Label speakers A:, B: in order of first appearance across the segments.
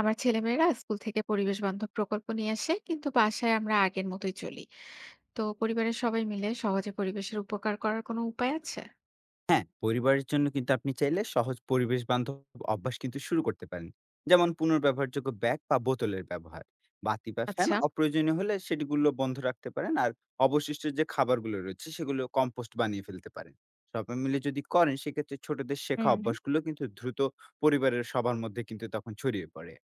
A: আমার ছেলেমেয়েরা স্কুল থেকে পরিবেশ বান্ধব প্রকল্প নিয়ে আসে, কিন্তু বাসায় আমরা আগের মতোই চলি। তো পরিবারের সবাই মিলে সহজে পরিবেশের উপকার করার কোনো উপায় আছে?
B: হ্যাঁ, পরিবারের জন্য কিন্তু আপনি চাইলে সহজ পরিবেশ বান্ধব অভ্যাস কিন্তু শুরু করতে পারেন। যেমন পুনর্ব্যবহারযোগ্য ব্যাগ বা বোতলের ব্যবহার। বাতি বা ফ্যান
A: আচ্ছা।
B: অপ্রয়োজনীয় হলে সেটিগুলো বন্ধ রাখতে পারেন। আর অবশিষ্ট যে খাবারগুলো রয়েছে সেগুলো কম্পোস্ট বানিয়ে ফেলতে পারেন। সবাই মিলে যদি করেন সেক্ষেত্রে ছোটদের শেখা
A: হুম।
B: অভ্যাসগুলো কিন্তু দ্রুত পরিবারের সবার মধ্যে কিন্তু তখন ছড়িয়ে পড়ে।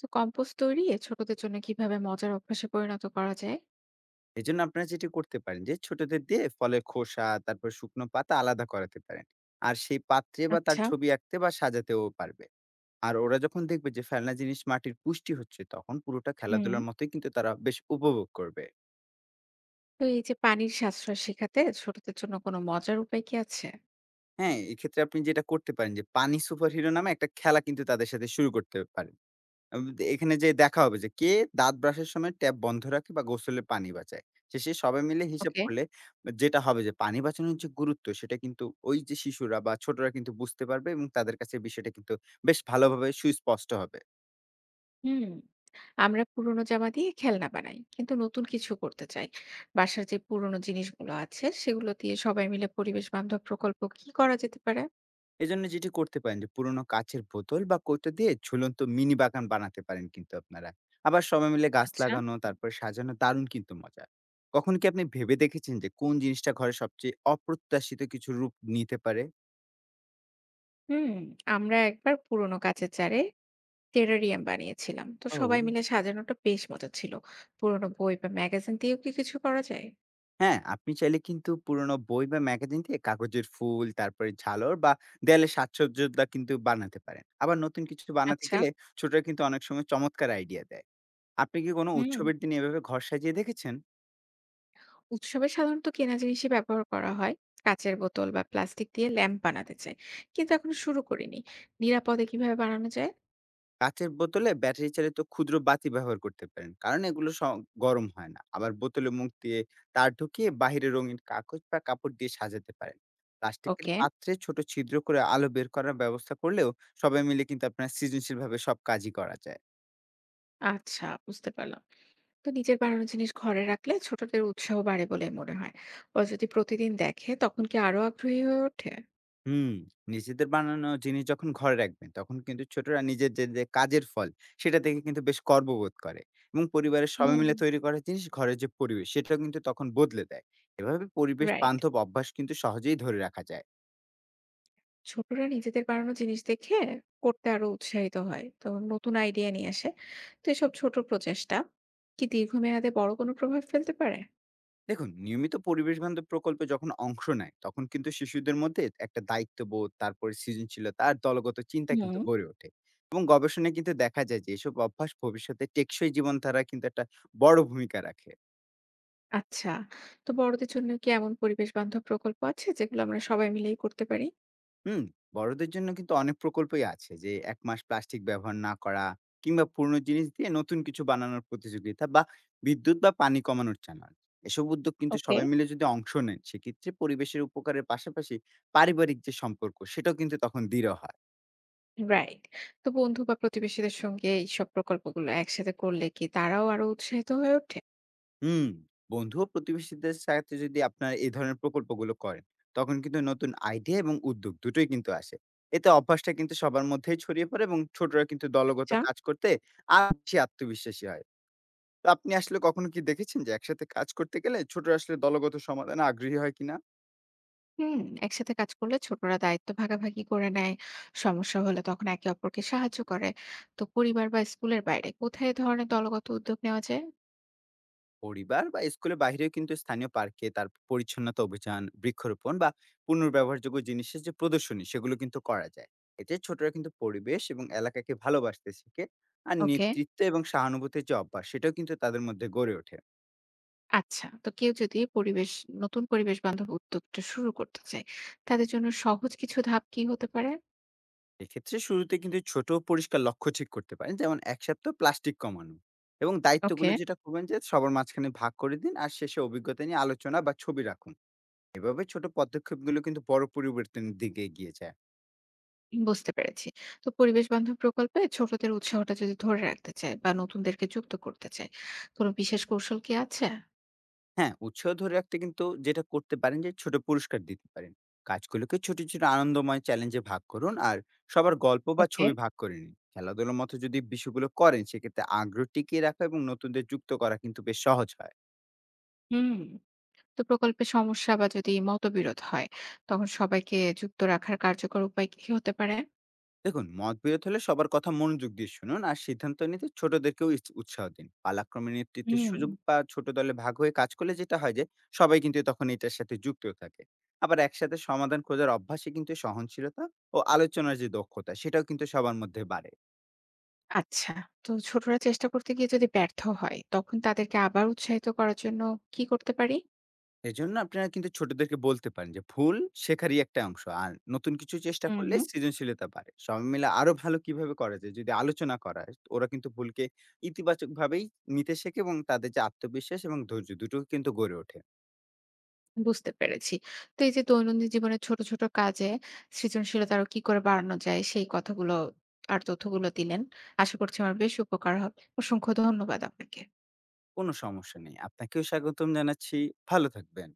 A: তো কম্পোস্ট তৈরি এ ছোটদের জন্য কিভাবে মজার অভ্যাসে পরিণত করা যায়?
B: এজন্য আপনারা যেটি করতে পারেন যে ছোটদের দিয়ে ফলের খোসা, তারপর শুকনো পাতা আলাদা করাতে পারেন। আর সেই পাত্রে বা তার
A: আচ্ছা।
B: ছবি আঁকতে বা সাজাতেও পারবে। আর ওরা যখন দেখবে যে ফেলনা জিনিস মাটির পুষ্টি হচ্ছে, তখন পুরোটা
A: হুম।
B: খেলাধুলার মতোই কিন্তু তারা বেশ উপভোগ করবে।
A: তো এই যে পানির সাশ্রয় শেখাতে ছোটদের জন্য কোনো মজার উপায় কি আছে?
B: হ্যাঁ, এক্ষেত্রে আপনি যেটা করতে পারেন যে, পানি সুপারহিরো নামে একটা খেলা কিন্তু তাদের সাথে শুরু করতে পারেন। আব এখানে যেয়ে দেখা হবে যে, কে দাঁত ব্রাশের সময় ট্যাপ বন্ধ রাখে বা গোসলে পানি বাঁচায়। শেষে সবাই মিলে হিসাব
A: ওকে।
B: করলে যেটা হবে যে, পানি বাঁচানোর যে গুরুত্ব, সেটা কিন্তু ওই যে শিশুরা বা ছোটরা কিন্তু বুঝতে পারবে এবং তাদের কাছে বিষয়টা কিন্তু বেশ ভালোভাবে সুস্পষ্ট হবে।
A: হুম। আমরা পুরোনো জামা দিয়ে খেলনা বানাই, কিন্তু নতুন কিছু করতে চাই। বাসার যে পুরোনো জিনিসগুলো আছে সেগুলো দিয়ে সবাই মিলে পরিবেশ বান্ধব প্রকল্প কি করা যেতে পারে?
B: এজন্য যেটি করতে পারেন যে পুরোনো কাচের বোতল বা কৌটা দিয়ে ঝুলন্ত মিনি বাগান বানাতে পারেন কিন্তু আপনারা। আবার সবাই মিলে গাছ
A: আচ্ছা।
B: লাগানো তারপর সাজানো দারুণ কিন্তু মজা। কখনো কি আপনি ভেবে দেখেছেন যে কোন জিনিসটা ঘরে সবচেয়ে অপ্রত্যাশিত কিছু রূপ নিতে পারে?
A: হুম। আমরা একবার পুরোনো কাঁচের জারে টেরারিয়াম বানিয়েছিলাম, তো
B: ও
A: সবাই মিলে সাজানোটা বেশ মজা ছিল। পুরোনো বই বা ম্যাগাজিন দিয়েও কি কিছু করা যায়?
B: হ্যাঁ, আপনি চাইলে কিন্তু পুরোনো বই বা ম্যাগাজিন দিয়ে কাগজের ফুল, তারপরে ঝালর বা দেয়ালে সাজসজ্জাটা কিন্তু বানাতে পারেন। আবার নতুন কিছু বানাতে
A: আচ্ছা।
B: গেলে ছোটরা কিন্তু অনেক সময় চমৎকার আইডিয়া দেয়। আপনি কি কোনো
A: হুম।
B: উৎসবের দিনে এভাবে ঘর সাজিয়ে দেখেছেন?
A: উৎসবে সাধারণত কেনা জিনিসই ব্যবহার করা হয়। কাঁচের বোতল বা প্লাস্টিক দিয়ে ল্যাম্প বানাতে চাই, কিন্তু এখনো শুরু করিনি। নিরাপদে কিভাবে বানানো যায়?
B: কাঁচের বোতলে ব্যাটারি চালিত ক্ষুদ্র বাতি ব্যবহার করতে পারেন কারণ এগুলো গরম হয় না। আবার বোতলে মুখ দিয়ে তার ঢুকিয়ে বাহিরে রঙিন কাগজ বা কাপড় দিয়ে সাজাতে পারেন। প্লাস্টিকের
A: ওকে।
B: পাত্রে ছোট ছিদ্র করে আলো বের করার ব্যবস্থা করলেও সবাই মিলে কিন্তু আপনার সৃজনশীলভাবে সব কাজই করা যায়।
A: আচ্ছা, বুঝতে পারলাম। তো নিজের বানানো জিনিস ঘরে রাখলে ছোটদের উৎসাহ বাড়ে বলে মনে হয়। ওরা যদি প্রতিদিন দেখে তখন কি আরো আগ্রহী হয়ে ওঠে?
B: হুম, নিজেদের বানানো জিনিস যখন ঘরে রাখবেন, তখন কিন্তু ছোটরা নিজের যে কাজের ফল, সেটা দেখে কিন্তু বেশ গর্ববোধ করে এবং পরিবারের সবাই
A: হুম।
B: মিলে তৈরি করা জিনিস ঘরের যে পরিবেশ, সেটাও কিন্তু তখন বদলে দেয়। এভাবে পরিবেশ
A: রাইট।
B: বান্ধব অভ্যাস কিন্তু সহজেই ধরে রাখা যায়।
A: ছোটরা নিজেদের বানানো জিনিস দেখে করতে আরো উৎসাহিত হয়। তো নতুন আইডিয়া নিয়ে আসে। তো এসব ছোট প্রচেষ্টা কি দীর্ঘমেয়াদে বড় কোনো প্রভাব ফেলতে পারে?
B: দেখুন, নিয়মিত পরিবেশ বান্ধব প্রকল্পে যখন অংশ নেয়, তখন কিন্তু শিশুদের মধ্যে একটা দায়িত্ববোধ, তারপরে সৃজনশীলতা আর দলগত চিন্তা কিন্তু
A: হুম।
B: গড়ে ওঠে এবং গবেষণায় কিন্তু দেখা যায় যে, এসব অভ্যাস ভবিষ্যতে টেকসই জীবনধারায় কিন্তু একটা বড় ভূমিকা রাখে।
A: আচ্ছা। তো বড়দের জন্য কি এমন পরিবেশ বান্ধব প্রকল্প আছে যেগুলো আমরা সবাই মিলেই করতে পারি?
B: হুম, বড়দের জন্য কিন্তু অনেক প্রকল্পই আছে যে ১ মাস প্লাস্টিক ব্যবহার না করা কিংবা পুরনো জিনিস দিয়ে নতুন কিছু বানানোর প্রতিযোগিতা বা বিদ্যুৎ বা পানি কমানোর চ্যানেল। এসব উদ্যোগ কিন্তু
A: ওকে।
B: সবাই মিলে যদি অংশ নেন, সেক্ষেত্রে পরিবেশের উপকারের পাশাপাশি পারিবারিক যে সম্পর্ক সেটাও কিন্তু তখন দৃঢ় হয়।
A: রাইট। তো বন্ধু বা প্রতিবেশীদের সঙ্গে এইসব প্রকল্পগুলো একসাথে করলে কি তারাও আরো উৎসাহিত হয়ে ওঠে?
B: হুম, বন্ধু ও প্রতিবেশীদের সাথে যদি আপনার এই ধরনের প্রকল্পগুলো করেন, তখন কিন্তু নতুন আইডিয়া এবং উদ্যোগ দুটোই কিন্তু আসে। এতে অভ্যাসটা কিন্তু সবার মধ্যেই ছড়িয়ে পড়ে এবং ছোটরা কিন্তু দলগত
A: আচ্ছা।
B: কাজ করতে আর বেশি আত্মবিশ্বাসী হয়। তো আপনি আসলে কখনো কি দেখেছেন যে একসাথে কাজ করতে গেলে ছোট আসলে দলগত সমাধানে আগ্রহী হয় কিনা?
A: হুম, একসাথে কাজ করলে ছোটরা দায়িত্ব ভাগাভাগি করে নেয়, সমস্যা হলে তখন একে অপরকে সাহায্য করে। তো পরিবার বা স্কুলের বাইরে কোথায় এ ধরনের দলগত উদ্যোগ নেওয়া যায়?
B: পরিবার বা স্কুলের বাইরেও কিন্তু স্থানীয় পার্কে তার পরিচ্ছন্নতা অভিযান, বৃক্ষরোপণ বা পুনর্ব্যবহারযোগ্য জিনিসের যে প্রদর্শনী সেগুলো কিন্তু করা যায়। এতে ছোটরা কিন্তু পরিবেশ এবং এলাকাকে ভালোবাসতে শিখে। আর
A: ওকে,
B: নেতৃত্ব এবং সহানুভূতির যে অভ্যাস সেটাও কিন্তু তাদের মধ্যে গড়ে ওঠে।
A: আচ্ছা। তো কেউ যদি পরিবেশ নতুন পরিবেশ বান্ধব উদ্যোগটা শুরু করতে চায়, তাদের জন্য সহজ কিছু ধাপ কি হতে পারে?
B: এক্ষেত্রে শুরুতে কিন্তু ছোট পরিষ্কার লক্ষ্য ঠিক করতে পারেন। যেমন ১ সপ্তাহ প্লাস্টিক কমানো এবং
A: ওকে।
B: দায়িত্বগুলো যেটা করবেন যে সবার মাঝখানে ভাগ করে দিন। আর শেষে অভিজ্ঞতা নিয়ে আলোচনা বা ছবি রাখুন। এভাবে ছোট পদক্ষেপগুলো কিন্তু বড় পরিবর্তনের দিকে এগিয়ে যায়।
A: বুঝতে পেরেছি। তো পরিবেশ বান্ধব প্রকল্পে ছোটদের উৎসাহটা যদি ধরে রাখতে চায় বা নতুনদেরকে যুক্ত করতে চায়, কোনো বিশেষ কৌশল কি আছে?
B: হ্যাঁ, উৎসাহ ধরে রাখতে কিন্তু যেটা করতে পারেন যে ছোট পুরস্কার দিতে পারেন, কাজগুলোকে ছোট ছোট আনন্দময় চ্যালেঞ্জে ভাগ করুন আর সবার গল্প বা
A: ওকে।
B: ছবি ভাগ করে নিন। খেলাধুলার মতো যদি বিষয়গুলো করেন সেক্ষেত্রে আগ্রহ টিকিয়ে রাখা এবং নতুনদের যুক্ত করা কিন্তু বেশ সহজ হয়।
A: হুম। তো প্রকল্পে সমস্যা বা যদি মতবিরোধ হয় তখন সবাইকে যুক্ত রাখার কার্যকর উপায় কি হতে পারে?
B: দেখুন, মতবিরোধ হলে সবার কথা মনোযোগ দিয়ে শুনুন আর সিদ্ধান্ত নিতে ছোটদেরকেও উৎসাহ দিন। পালাক্রমে নেতৃত্বের
A: হুম।
B: সুযোগ বা ছোট দলে ভাগ হয়ে কাজ করলে যেটা হয় যে সবাই কিন্তু তখন এটার সাথে যুক্ত থাকে। আবার একসাথে সমাধান খোঁজার অভ্যাসে কিন্তু সহনশীলতা ও আলোচনার যে দক্ষতা সেটাও কিন্তু সবার মধ্যে বাড়ে।
A: আচ্ছা। তো ছোটরা চেষ্টা করতে গিয়ে যদি ব্যর্থ হয় তখন তাদেরকে আবার উৎসাহিত করার জন্য কি করতে পারি?
B: এজন্য আপনারা কিন্তু ছোটদেরকে বলতে পারেন যে, ভুল শেখারই একটা অংশ। আর নতুন কিছু চেষ্টা করলে সৃজনশীলতা বাড়ে। সবাই মিলে আরো ভালো কিভাবে করা যায় যদি আলোচনা করা হয়, ওরা কিন্তু ভুলকে ইতিবাচকভাবেই নিতে শেখে এবং তাদের যে আত্মবিশ্বাস এবং ধৈর্য দুটোও কিন্তু গড়ে ওঠে।
A: বুঝতে পেরেছি। তো এই যে দৈনন্দিন জীবনের ছোট ছোট কাজে সৃজনশীলতা আরো কি করে বাড়ানো যায় সেই কথাগুলো আর তথ্যগুলো দিলেন। আশা করছি আমার বেশ উপকার হবে। অসংখ্য ধন্যবাদ আপনাকে।
B: কোনো সমস্যা নেই। আপনাকেও স্বাগতম জানাচ্ছি। ভালো থাকবেন।